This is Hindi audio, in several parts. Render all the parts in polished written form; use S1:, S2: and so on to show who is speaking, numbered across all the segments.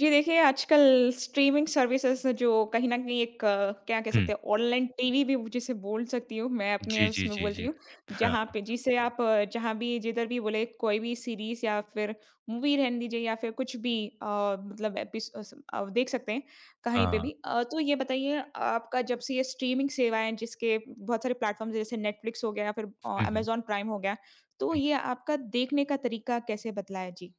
S1: जी देखिए, आजकल स्ट्रीमिंग सर्विसेज़ जो कहीं न कहीं एक क्या कह
S2: हुँ।
S1: सकते हैं ऑनलाइन टीवी भी जिसे बोल सकती हूँ, मैं अपने
S2: जी, जी,
S1: उसमें
S2: जी,
S1: बोलती
S2: जी।
S1: हूँ,
S2: हाँ,
S1: जहाँ पे जिसे आप जहाँ भी जिधर भी बोले कोई भी सीरीज़ या फिर मूवी रहने दीजिए या फिर कुछ भी अ, मतलब देख सकते हैं, कहीं पे
S2: हाँ।
S1: भी। तो ये बताइए आपका जब से ये स्ट्रीमिंग सेवाएँ जिसके बहुत सारे प्लेटफ़ॉर्म्स जैसे नेटफ्लिक्स हो गया या फिर
S2: हुँ, हुँ।
S1: अमेज़न प्राइम हो गया, तो ये आपका देखने का तरीका कैसे बदला है? जी।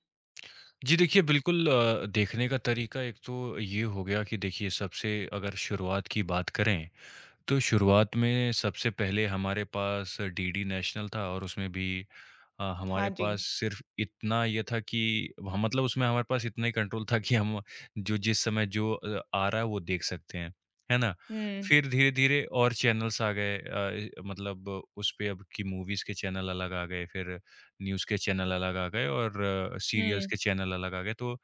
S2: जी देखिए बिल्कुल, देखने का तरीका एक तो ये हो गया कि देखिए सबसे अगर शुरुआत की बात करें तो शुरुआत में सबसे पहले हमारे पास डीडी नेशनल था और उसमें भी
S1: हाँ
S2: हमारे
S1: जी।
S2: पास सिर्फ़ इतना ये था कि ह मतलब उसमें हमारे पास इतना ही कंट्रोल था कि हम जो जिस समय जो आ रहा है वो देख सकते हैं, है ना?
S1: हुँ।
S2: फिर धीरे-धीरे और चैनल्स आ गए, मतलब उस पे अब की मूवीज़ के चैनल अलग आ गए, फिर न्यूज़ के चैनल अलग आ गए और सीरियल्स
S1: हुँ।
S2: के चैनल अलग आ गए। तो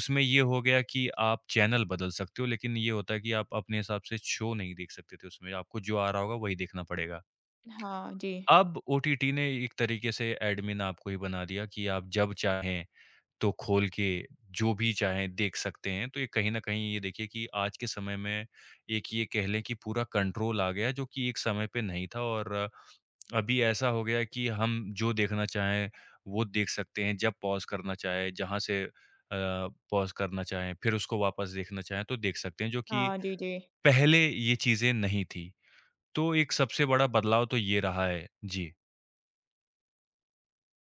S2: उसमें ये हो गया कि आप चैनल बदल सकते हो, लेकिन ये होता है कि आप अपने हिसाब से शो नहीं देख सकते थे उसमें, आपको जो आ रहा होगा वही देखना पड़ेगा।
S1: हाँ जी।
S2: अब ओटीटी ने एक तरीके से एडमिन आपको ही बना दिया कि आप जब चाहें तो खोल के जो भी चाहें देख सकते हैं। तो ये कहीं न कहीं ये देखिए कि आज के समय में एक ये कह लें कि पूरा कंट्रोल आ गया है जो कि एक समय पे नहीं था। और अभी ऐसा हो गया है कि हम जो देखना चाहें वो देख सकते हैं, जब पॉज़ करना चाहें, जहाँ से अ, पॉज़ करना चाहें, फिर उसको वापस देखना चाहें तो देख सकते हैं, जो कि
S1: हाँ जी, जी।
S2: पहले ये चीज़ें नहीं थी। तो एक सबसे बड़ा बदलाव तो ये रहा है। जी।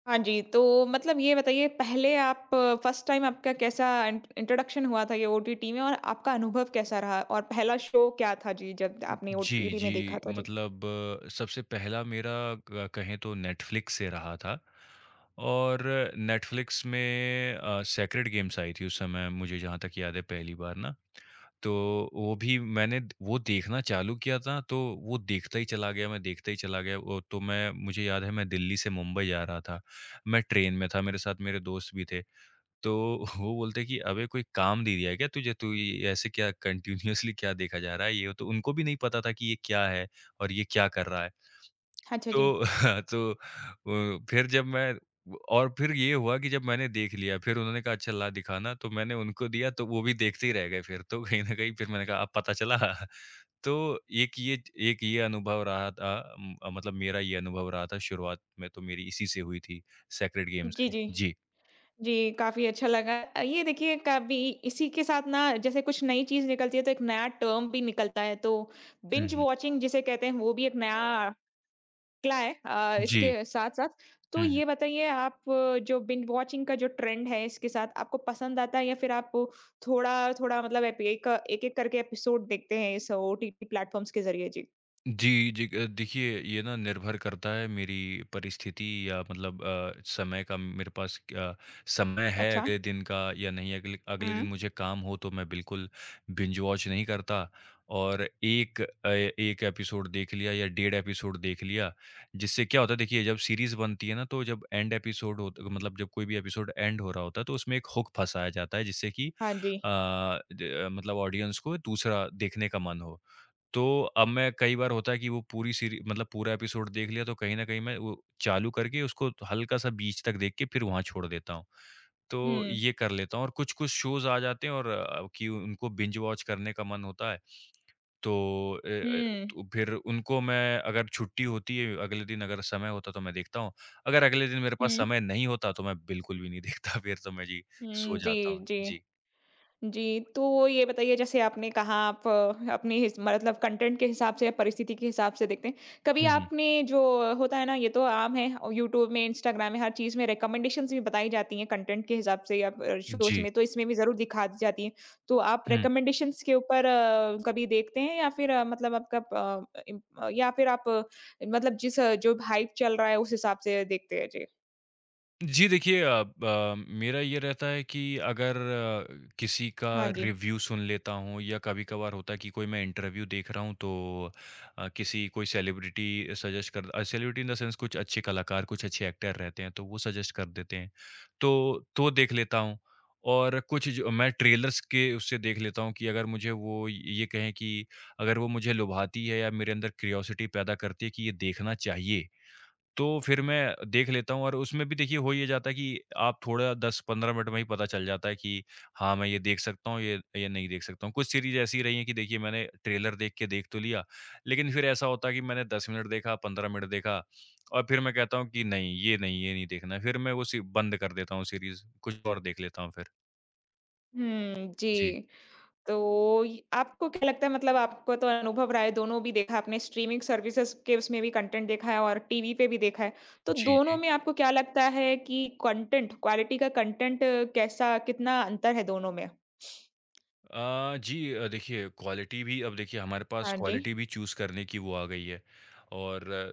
S1: हाँ जी, तो मतलब ये बताइए पहले आप फर्स्ट टाइम आपका कैसा इंट्रोडक्शन हुआ था ये ओटीटी में और आपका अनुभव कैसा रहा? और पहला शो क्या था जी जब आपने
S2: जी,
S1: ओटीटी में देखा
S2: जी।
S1: था? जी।
S2: मतलब सबसे पहला मेरा क कहें तो नेटफ्लिक्स से रहा था और नेटफ्लिक्स में सेक्रेड गेम्स आई थी उस समय, मुझे जहाँ तक याद है पहली बार ना। तो वो भी मैंने द वो देखना चालू किया था, तो वो देखता ही चला गया, मैं देखता ही चला गया। वो तो मैं मुझे याद है मैं दिल्ली से मुंबई जा रहा था। मैं ट्रेन में था, मेरे साथ मेरे दोस्त भी थे। तो वो बोलते हैं कि "अबे कोई काम दे दिया है क्या तुझे? तू ये ऐसे क्या कंटीन्यूअसली क्या देखा जा रहा है?" ये तो उनको भी नहीं पता था कि ये क्या है और ये क्या कर रहा है।
S1: अच्छा जी।
S2: तो तो, अ, फिर जब मैं और फिर ये हुआ कि जब मैंने देख लिया, फिर उन्होंने कहा अच्छा ला दिखाना, तो मैंने उनको दिया तो वो भी देखते ही रह गए फिर। तो कहीं न कहीं फिर मैंने कहा अब पता चला। तो एक ये एक ये अनुभव रहा था। मतलब मेरा ये अनुभव रहा था, शुरुआत में तो मेरी इसी से हुई थी, सेक्रेड गेम
S1: जी,
S2: से।
S1: जी।
S2: जी।
S1: जी, काफ़ी अच्छा लगा। ये देखिए कभी इसी के साथ ना जैसे कुछ नई चीज़ निकलती है तो एक नया टर्म भी निकलता है तो
S2: हुँ,
S1: बिंज
S2: हुँ।
S1: वॉचिंग जिसे कहते हैं वो भी एक नया निकला है
S2: जी।
S1: इसके साथ-साथ। तो
S2: हुँ, हुँ।
S1: ये बताइए आप जो बिंज वॉचिंग का जो ट्रेंड है इसके साथ आपको पसंद आता है या फिर आप थोड़ा-थोड़ा मतलब एप एक एक-एक करके एपिसोड देखते हैं इस ओटीटी प्लेटफ़ॉर्म्स के ज़रिए? जी।
S2: जी, जी, देखिए ये ना निर्भर करता है मेरी परिस्थिति या मतलब, समय का। मेरे पास समय है
S1: अच्छा।
S2: अगले दिन का या नहीं। अगले
S1: हुँ।
S2: अगले दिन मुझे काम हो तो मैं बिल्कुल बिंज वॉच नहीं करता और एक एपिसोड देख लिया या डेढ़ एपिसोड देख लिया, जिससे क्या होता है देखिए जब सीरीज बनती है ना तो जब एंड एपिसोड होता मतलब जब कोई भी एपिसोड एंड हो रहा होता है तो उसमें एक हुक फंसाया जाता है जिससे कि,
S1: हाँ जी।
S2: मतलब ऑडियंस को दूसरा देखने का मन हो। तो अब मैं, कई बार होता है कि वो पूरी सीरी मतलब पूरा एपिसोड देख लिया तो कहीं न कहीं मैं वो चालू करके उसको हल्का-सा बीच तक देख के फिर वहाँ छोड़ देता हूँ। तो
S1: हुँ।
S2: ये कर लेता हूँ और कुछ-कुछ शोज़ आ जाते हैं कि उनको बिंज वॉच करने का मन होता है। तो अ अ,
S1: हुँ।
S2: तो फिर उनको, मैं अगर छुट्टी होती है अगले दिन, अगर समय होता तो मैं देखता हूँ। अगर अगले दिन मेरे पास
S1: हुँ,
S2: समय नहीं होता तो मैं बिल्कुल भी नहीं देखता। फिर तो मैं, जी,
S1: हुँ।
S2: सो जाता
S1: जी,
S2: हूँ।
S1: जी।
S2: जी।
S1: जी, तो ये बताइए जैसे आपने कहा आप अपने हिस मतलब कंटेंट के हिसाब से या परिस्थिति के हिसाब से देखते हैं। कभी
S2: हुँ, हुँ।
S1: आपने जो होता है ना ये तो आम है और यूट्यूब में, इंस्टाग्राम में हर चीज़ में रिकमेंडेशंस भी बताई जाती हैं कंटेंट के हिसाब से या शोज़
S2: जी।
S1: में तो इसमें भी ज़रूर दिखा दी जाती हैं। तो आप
S2: हुँ।
S1: रिकमेंडेशंस के ऊपर कभी देखते हैं या फिर मतलब आपका या फिर आप मतलब जिस जो हाइप चल रहा है उस हिसाब से देखते हैं? जी।
S2: जी देखिए, मेरा ये रहता है कि अगर, किसी का
S1: हाँ जी।
S2: रिव्यू सुन लेता हूँ या कभी-कभार होता है कि कोई, मैं इंटरव्यू देख रहा हूँ तो, अ, किसी कोई सेलिब्रिटी सजेस्ट कर uh, celebrity in the sense कुछ अच्छे कलाकार, कुछ अच्छे एक्टर रहते हैं तो वो सजेस्ट कर देते हैं। तो देख लेता हूँ और कुछ जो मैं ट्रेलर्स के उससे देख लेता हूँ कि अगर मुझे वो, ये कहें कि अगर वो मुझे लुभाती है या मेरे अंदर क्यूरियोसिटी पैदा करती है कि ये देखना चाहिए, तो फिर मैं देख लेता हूँ। और उसमें भी देखिए, हो ये जाता है कि आप थोड़ा 10-15 मिनट में ही पता चल जाता है कि हाँ, मैं ये देख सकता हूँ, ये नहीं देख सकता हूँ। कुछ सीरीज़ ऐसी रही हैं कि देखिए मैंने ट्रेलर देख के देख तो लिया, लेकिन फिर ऐसा होता है कि मैंने 10 मिनट देखा, 15 मिनट देखा और फिर मैं कहता हूँ कि नहीं, ये नहीं देखना है। फिर मैं वो सी बंद कर देता हूँ सीरीज़, कुछ और देख लेता हूँ फिर।
S1: हुँ,
S2: जी।
S1: जी। तो य आपको क्या लगता है मतलब आपको तो अनुभव रहा है, दोनों भी देखा आपने स्ट्रीमिंग सर्विसेज़ के उसमें भी कंटेंट देखा है और टीवी पे भी देखा है। तो
S2: जी,
S1: दोनों
S2: जी।
S1: में आपको क्या लगता है कि कंटेंट क्वालिटी का कंटेंट कैसा कितना अंतर है दोनों में?
S2: जी, देखिए क्वालिटी भी, अब देखिए हमारे पास
S1: हाँ जी।
S2: क्वालिटी भी चूज़ करने की वो आ गई है और,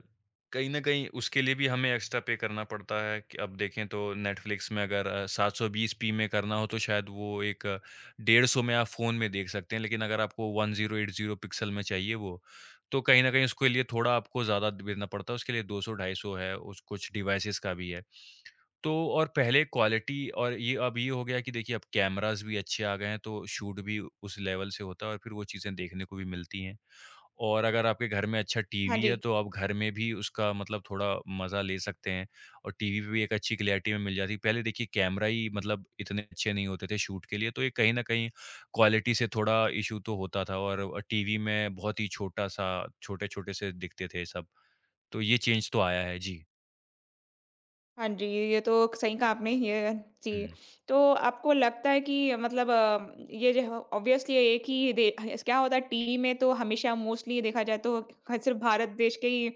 S2: कहीं न कहीं उसके लिए भी हमें एक्स्ट्रा पे करना पड़ता है कि अब देखें तो नेटफ्लिक्स में अगर, 720p में करना हो तो शायद वो एक 150 में आप फ़ोन में देख सकते हैं, लेकिन अगर आपको 1080 पिक्सल में चाहिए वो, तो कहीं न कहीं उसके लिए थोड़ा आपको ज़्यादा देना पड़ता है, उसके लिए 200 ढाई सौ है, उस कुछ डिवाइसेज़ का भी है। तो और पहले क्वालिटी, और ये अब ये हो गया कि देखिए अब कैमरास भी अच्छे आ गए हैं तो शूट भी उस लेवल से होता है और फिर वो चीज़ें देखने को भी मिलती हैं। और अगर आपके घर में अच्छा
S1: हाँ
S2: टीवी है
S1: जी।
S2: तो आप घर में भी उसका मतलब थोड़ा मज़ा ले सकते हैं और टीवी पे भी एक अच्छी क्लैरिटी में मिल जाती है। पहले देखिए कैमरा ही मतलब इतने अच्छे नहीं होते थे शूट के लिए, तो ये कहीं न कहीं क्वालिटी से थोड़ा इश्यू तो होता था और टीवी में बहुत ही छोटा-सा छोटे-छोटे से दिखते थे सब। तो ये चेंज तो आया है। जी।
S1: हाँ जी, ये तो सही कहा आपने ये जी।
S2: हुँ।
S1: तो आपको लगता है कि मतलब ये जो है ऑब्वियसली एक ही दे क्या होता है टीवी में तो हमेशा मोस्टली देखा जाए तो सिर्फ भारत देश के ही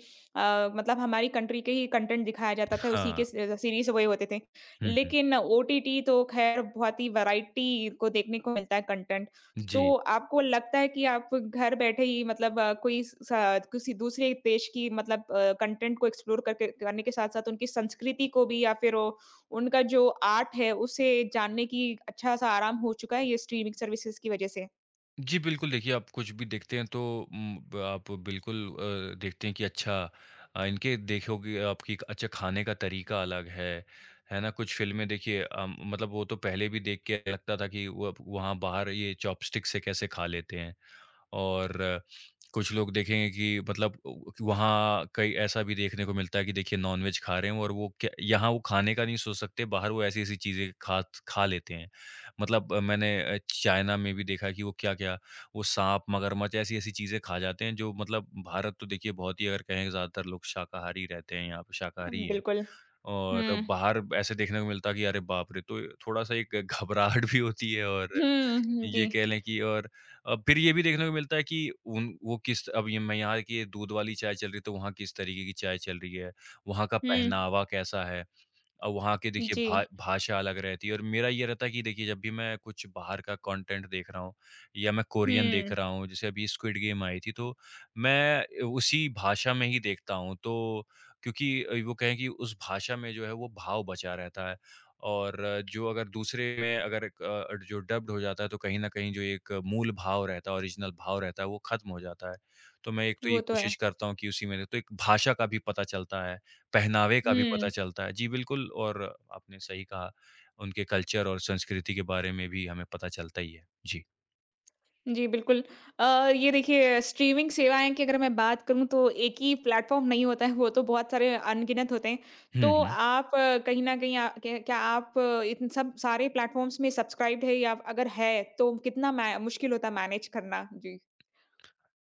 S1: मतलब हमारी कंट्री के ही कंटेंट दिखाया जाता था, उसी
S2: हाँ।
S1: के स सीरीज़ वही होते थे।
S2: हुँ, हुँ।
S1: लेकिन ओटीटी तो ख़ैर बहुत ही वैराइटी को देखने को मिलता है कंटेंट। तो
S2: जी।
S1: आपको लगता है कि आप घर बैठे ही मतलब कोई स किसी दूसरे देश की मतलब कंटेंट को एक्सप्लोर करके करने के साथ-साथ उनकी संस्कृति को भी या फिर वो उनका जो आर्ट है, उसे जानने की अच्छा-सा आराम हो चुका है ये स्ट्रीमिंग सर्विसेज़ की वज़ह से?
S2: जी, बिल्कुल देखिए, आप कुछ भी देखते हैं तो, उम, ब आप बिल्कुल, देखते हैं कि अच्छा, अ, इनके देखोगे आपकी एक- अच्छा खाने का तरीका अलग है ना? कुछ फ़िल्में देखिए, मतलब वो तो पहले भी देख के लगता था कि वो अब वहाँ बाहर ये चॉपस्टिक से कैसे खा लेते हैं। और कुछ लोग देखेंगे कि मतलब वहाँ कई ऐसा भी देखने को मिलता है कि देखिए नॉनवेज खा रहे हैं और वो क्या, यहाँ वो खाने का नहीं सोच सकते, बाहर वो ऐसी-ऐसी चीज़ें खा खा लेते हैं। मतलब, चाइना में भी देखा है कि वो क्या-क्या, वो साँप, मगरमच्छ ऐसी-ऐसी चीज़ें खा जाते हैं जो मतलब, भारत तो देखिए बहुत ही अगर कहें ज़्यादातर लोग शाकाहारी रहते हैं, यहाँ पे शाकाहारी हैं।
S1: बिल्कुल। हुँ।
S2: और बाहर ऐसे देखने को मिलता कि अरे बाप रे! तो थोड़ा-सा एक घबराहट भी होती है और
S1: हुँ, हुँ, जी।
S2: ये कह लें कि और, फिर ये भी देखने को मिलता है कि उन वो किस अब ये मैं, यहाँ की दूध वाली चाय चल रही है, तो वहाँ किस तरीके की चाय चल रही है, वहाँ का
S1: हुँ,
S2: पहनावा कैसा है। और वहाँ के देखिए
S1: जी।
S2: भा भाषा अलग रहती है। और मेरा ये रहता है कि देखिए जब भी मैं कुछ बाहर का कंटेंट देख रहा हूँ या मैं कोरियन
S1: हुँ,
S2: देख रहा हूँ, जैसे अभी स्क्विड गेम आई थी तो मैं उसी भाषा में ही देखता हूँ, तो क्योंकि वो कहें कि उस भाषा में जो है वो भाव बचा रहता है। और जो अगर दूसरे में, अगर जो डब्ड हो जाता है तो कहीं न कहीं जो एक मूल भाव रहता है, ओरिजिनल भाव रहता है वो ख़त्म हो जाता है। तो मैं एक तो ये
S1: वो तो है।
S2: कोशिश करता हूँ कि उसी में, तो एक भाषा का भी पता चलता है, पहनावे का भी पता
S1: हुँ।
S2: चलता है। जी, बिल्कुल। और आपने सही कहा, उनके कल्चर और संस्कृति के बारे में भी हमें पता चलता ही है। जी।
S1: जी, बिल्कुल। अ, ये देखिए स्ट्रीमिंग सेवाएँ की अगर मैं बात करूँ तो एक ही प्लेटफ़ॉर्म नहीं होता है, वो तो बहुत सारे अनगिनत होते हैं।
S2: हुँ,
S1: तो
S2: हुँ।
S1: आप कहीं न कहीं क्या क्या आप इन सब सारे प्लेटफ़ॉर्म्स में सब्सक्राइब्ड है या अगर है तो कितना मै मुश्किल होता है मैनेज करना? जी।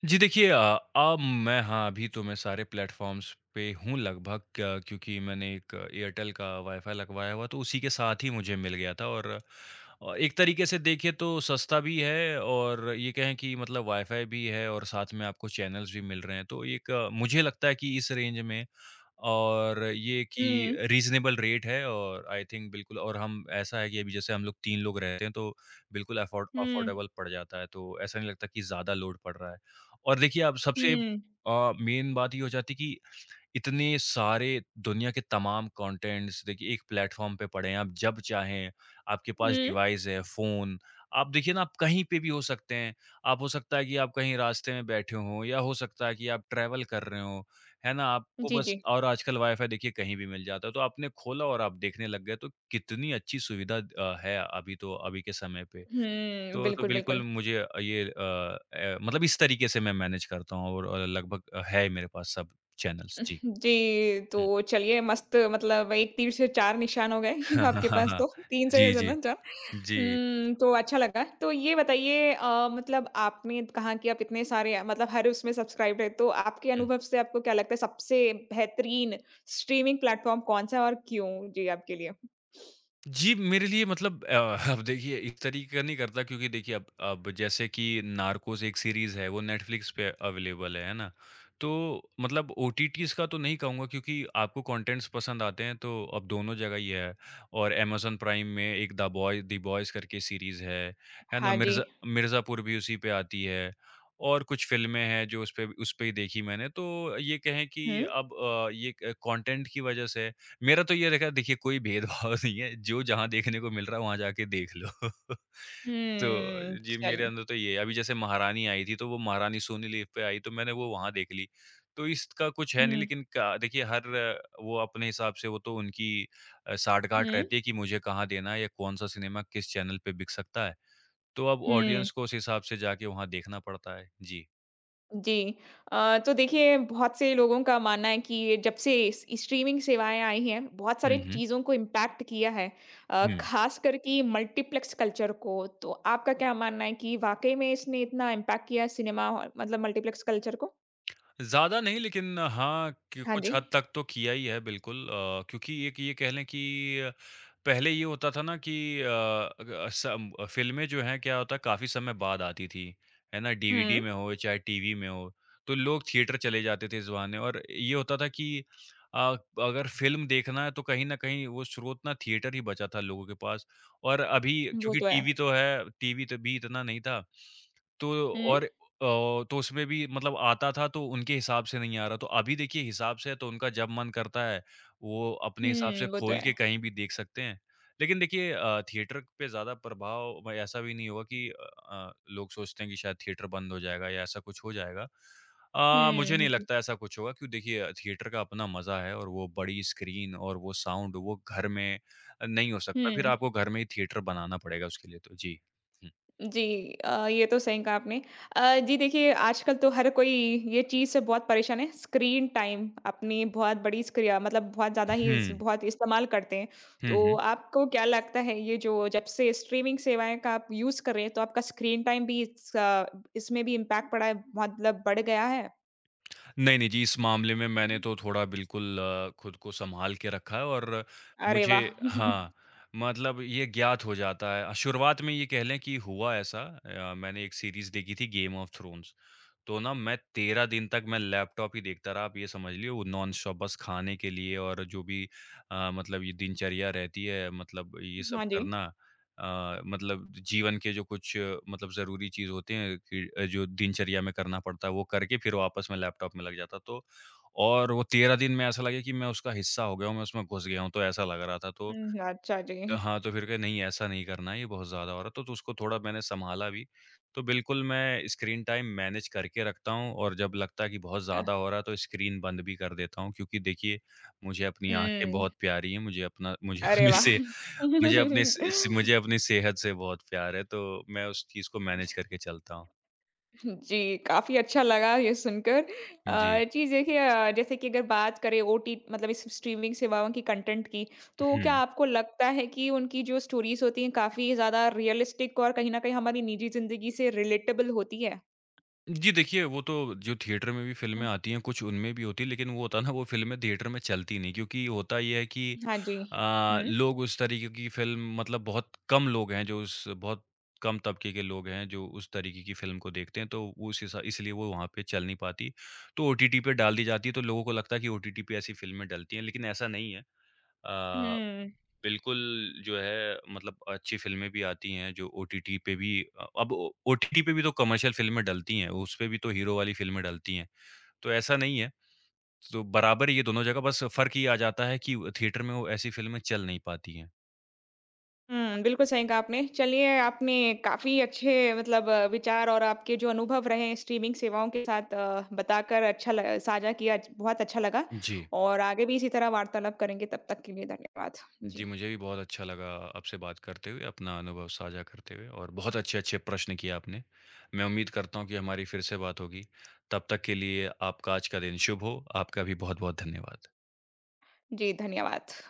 S2: जी, देखिए, अब मैं, हाँ, अभी तो मैं सारे प्लेटफ़ॉर्म्स पे हूँ लगभग, क क्योंकि मैंने एक एयरटेल का वाई-फाई लगवाया हुआ तो उसी के साथ ही मुझे मिल गया था। और, एक तरीके से देखिए तो सस्ता भी है और ये कहें कि मतलब वाई-फाई भी है और साथ में आपको चैनल्स भी मिल रहे हैं। तो मुझे लगता है कि इस रेंज में और ये कि
S1: हुँ,
S2: रीज़नेबल रेट है और आई थिंक बिल्कुल। और हम ऐसा है कि अभी जैसे हम लोग 3 लोग रहते हैं, तो बिल्कुल
S1: हुँ,
S2: अफोर्डेबल पड़ जाता है, तो ऐसा नहीं लगता कि ज़्यादा लोड पड़ रहा है। और देखिए, अब सबसे,
S1: हुँ,
S2: मेन बात ये हो जाती है कि इतने सारे दुनिया के तमाम कंटेंट्स देखिए एक प्लेटफॉर्म पे पड़े हैं, आप जब चाहें आपके पास
S1: हुँ।
S2: डिवाइस है फ़ोन। आप देखिए ना, आप कहीं पे भी हो सकते हैं। आप हो सकता है कि आप कहीं रास्ते में बैठे हों या हो सकता है कि आप ट्रैवल कर रहे हों, है ना? आपको
S1: जी,
S2: बस
S1: जी।
S2: और आजकल वाई-फाई देखिए कहीं भी मिल जाता है तो आपने खोला और आप देखने लग गए तो कितनी अच्छी सुविधा है अभी तो अभी के समय पे।
S1: हुँ,
S2: तो
S1: बिल्कुल,
S2: बिल्कुल
S1: बिल्कुल।
S2: मुझे ये मतलब इस तरीके से मैं मैनेज करता हूँ और लगभग है मेरे पास सब चैनल्स। जी।
S1: जी,
S2: हुँ।
S1: तो चलिए मस्त मतलब एक तीर से 4 निशान हो गए
S2: हाँ, हाँ,
S1: आपके
S2: हाँ,
S1: पास
S2: हाँ।
S1: तो 3 से
S2: जी, जी।
S1: ज़्यादा 4
S2: जी।
S1: तो अच्छा लगा। तो ये बताइए मतलब आपने कहा कि आप इतने सारे मतलब हर उसमें सब्सक्राइब्ड है, तो आपके अनुभव से आपको क्या लगता है सबसे बेहतरीन स्ट्रीमिंग प्लेटफ़ॉर्म कौन-सा है और क्यों? जी, आपके लिए?
S2: जी, मेरे लिए मतलब अब देखिए इस तरीके का नहीं करता क्योंकि देखिए अब जैसे कि नार्कोस एक सीरीज़ है, वो नेटफ्लिक्स पे अवेलेबल है ना? तो मतलब ओटीटीज़ का तो नहीं कहूँगा क्योंकि आपको कंटेंट्स पसंद आते हैं तो अब दोनों जगह ही है। और अमेज़न प्राइम में एक द बॉयज़ करके सीरीज़ है ना?
S1: हाँ जी।
S2: मिर्ज़ापुर भी उसी पे आती है और कुछ फ़िल्में हैं जो उस पे ही देखी मैंने। तो ये कहें कि
S1: हुँ।
S2: अब ये क कंटेंट की वज़ह से मेरा तो ये रखा देखिए, कोई भेदभाव नहीं है, जो जहाँ देखने को मिल रहा है वहाँ जाके देख लो।
S1: हुँ,
S2: तो जी, मेरे
S1: चल
S2: अंदर तो ये है, अभी जैसे महारानी आई थी तो वो महारानी सोनी लीव पे आई तो मैंने वो वहाँ देख ली। तो इसका कुछ है नहीं,
S1: हुँ,
S2: लेकिन का देखिए हर वो अपने हिसाब से वो तो उनकी साठगांठ
S1: हुँ,
S2: रहती है कि मुझे कहाँ देना है या कौन-सा सिनेमा किस चैनल पे बिक सकता है। तो अब
S1: हुँ,
S2: ऑडियंस को उस हिसाब से जाके वहाँ देखना पड़ता है। जी।
S1: जी। तो देखिए बहुत से लोगों का मानना है कि ये जब से इस स्ट्रीमिंग सेवाएँ आई हैं, बहुत सारी
S2: हुँ, हुँ।
S1: चीज़ों को इम्पैक्ट किया है
S2: हुँ।
S1: ख़ासकर कि मल्टीप्लेक्स कल्चर को। तो आपका क्या मानना है कि वाक़ई में इसने इतना इम्पैक्ट किया है सिनेमा हॉल मतलब मल्टीप्लेक्स कल्चर को?
S2: ज़्यादा नहीं, लेकिन हाँ, कि
S1: हाँ जी।
S2: कुछ हद तक तो किया ही है बिल्कुल, क्योंकि एक ये कह लें कि पहले ये होता था ना कि सम फ़िल्में जो हैं क्या होता है काफ़ी समय बाद आती थी, है ना?
S1: हुँ,
S2: डीवीडी में हो चाहे टीवी में हो, तो लोग थिएटर चले जाते थे इस बहाने। और ये होता था कि अ, अगर फ़िल्म देखना है तो कहीं न कहीं वो स्रोत ना थिएटर ही बचा था लोगों के पास। और अभी
S1: वो
S2: क्योंकि
S1: तो है।
S2: टीवी तो है, टीवी तो भी इतना नहीं था तो
S1: हुँ,
S2: और तो उसमें भी मतलब आता था तो उनके हिसाब से नहीं आ रहा, तो अभी देखिए हिसाब से है तो उनका जब मन करता है, वो अपने हिसाब
S1: हुँ,
S2: से
S1: वो तो
S2: खोल
S1: है।
S2: के कहीं भी देख सकते हैं। लेकिन देखिए थिएटर पे ज़्यादा प्रभाव भाई ऐसा भी नहीं होगा कि लोग सोचते हैं कि शायद थिएटर बंद हो जाएगा या ऐसा कुछ हो जाएगा। मुझे
S1: हुँ,
S2: नहीं
S1: जी।
S2: लगता ऐसा कुछ होगा क्योंकि देखिए थिएटर का अपना मज़ा है और वो बड़ी स्क्रीन और वो साउंड वो घर में नहीं हो सकता, फिर
S1: हुँ।
S2: आपको घर में ही थिएटर बनाना पड़ेगा उसके लिए तो। जी। हुँ।
S1: जी ये तो सही कहा आपने। जी देखिए आजकल तो हर कोई ये चीज़ से बहुत परेशान है, स्क्रीन टाइम अपनी बहुत बड़ी स्क्रिया मतलब बहुत ज़्यादा ही
S2: हुँ।
S1: इस बहुत इस्तेमाल करते हैं।
S2: हुँ,
S1: तो
S2: हुँ।
S1: आपको क्या लगता है ये जो जब से स्ट्रीमिंग सेवाएँ का आप यूज़ कर रहे हैं, तो आपका स्क्रीन टाइम भी इसमें भी इम्पैक्ट पड़ा है मतलब बढ़ गया है?
S2: नहीं, नहीं जी, इस मामले में मैंने तो थोड़ा बिल्कुल खुद को सँभाल के रखा है। और
S1: अरे
S2: मुझे
S1: वाह!
S2: हाँ, मतलब ये ज्ञात हो जाता है। शुरुआत में ये कह लें कि हुआ ऐसा, मैंने एक सीरीज़ देखी थी गेम ऑफ थ्रोन्स। तो ना मैं 13 दिन तक मैं लैपटॉप ही देखता रहा, आप ये समझ लिए वो नॉनस्टॉप बस खाने के लिए और जो भी मतलब ये दिनचर्या रहती है मतलब ये सब
S1: हाँ जी।
S2: करना, मतलब जीवन के जो कुछ मतलब ज़रूरी चीज़ होते हैं कि जो दिनचर्या में करना पड़ता है वो करके फिर वापस मैं लैपटॉप में लग जाता। तो और वो 13 दिन में ऐसा लगे कि मैं उसका हिस्सा हो गया हूँ, मैं उसमें घुस गया हूँ, तो ऐसा लग रहा था। तो
S1: हुँ, अच्छा जी।
S2: हाँ, तो फिर कहा नहीं ऐसा नहीं करना है, ये बहुत ज़्यादा हो रहा है, तो उसको थोड़ा मैंने सँभाला भी। तो बिल्कुल मैं स्क्रीन टाइम मैनेज करके रखता हूँ और जब लगता है कि बहुत
S1: अ,
S2: ज़्यादा हो रहा है तो स्क्रीन बंद भी कर देता हूँ क्योंकि देखिए, मुझे अपनी आँखें
S1: हुँ,
S2: बहुत प्यारी हैं, मुझे अपना मुझे
S1: अरे
S2: अपनी
S1: वाह!
S2: से मुझे अपनी सेहत से बहुत प्यार है, तो मैं उस चीज़ को मैनेज करके चलता हूँ।
S1: जी, काफ़ी अच्छा लगा ये सुनकर।
S2: जी।
S1: जी देखिए जैसे कि अगर बात करें ओटी मतलब इस स्ट्रीमिंग सेवाओं की कंटेंट की, तो क्या
S2: हुँ।
S1: आपको लगता है कि उनकी जो स्टोरीज़ होती हैं काफ़ी ज़्यादा रियलिस्टिक और कहीं न कहीं हमारी निजी ज़िंदगी से रिलेटेबल होती है?
S2: जी देखिए, वो तो जो थिएटर में भी
S1: हुँ,
S2: फ़िल्में आती हैं, कुछ उनमें भी होती हैं, लेकिन वो होता है ना वो फ़िल्में थिएटर में चलती नहीं क्योंकि होता ये है कि
S1: हाँ जी। हुँ।
S2: लोग उस तरीके की फ़िल्म मतलब बहुत कम तबके के लोग हैं जो उस तरीके की फ़िल्म को देखते हैं, तो वो उस हिसा इसलिए वो वहाँ पे चल नहीं पाती। तो ओटीटी पे डाल दी जाती है, तो लोगों को लगता है कि ओटीटी पे ऐसी फ़िल्में डलती हैं, लेकिन ऐसा नहीं है। अ,
S1: हुँ।
S2: बिल्कुल जो है मतलब अच्छी फ़िल्में भी आती हैं जो ओटीटी पे भी अ, अब ओ ओटीटी पे भी तो कमर्शियल फ़िल्में डलती हैं, उस पे भी तो हीरो वाली फ़िल्में डलती हैं, तो ऐसा नहीं है। तो बराबर ये दोनों जगह, बस फ़र्क ये आ जाता है कि थिएटर में वो ऐसी फ़िल्में चल नहीं पाती हैं।
S1: हुँ, बिल्कुल सही कहा आपने। चलिए, आपने काफ़ी अच्छे मतलब विचार और आपके जो अनुभव रहे हैं स्ट्रीमिंग सेवाओं के साथ बताकर अच्छा ल साझा किया अच बहुत अच्छा लगा
S2: जी।
S1: और आगे भी इसी तरह वार्तालाप करेंगे। तब तक के लिए धन्यवाद। जी।
S2: जी, मुझे भी बहुत अच्छा लगा आपसे बात करते हुए, अपना अनुभव साझा करते हुए और बहुत अच्छे-अच्छे प्रश्न किए आपने। मैं उम्मीद करता हूँ कि हमारी फिर से बात होगी। तब तक के लिए आपका आज का दिन शुभ हो। आपका भी बहुत-बहुत धन्यवाद।
S1: जी, धन्यवाद।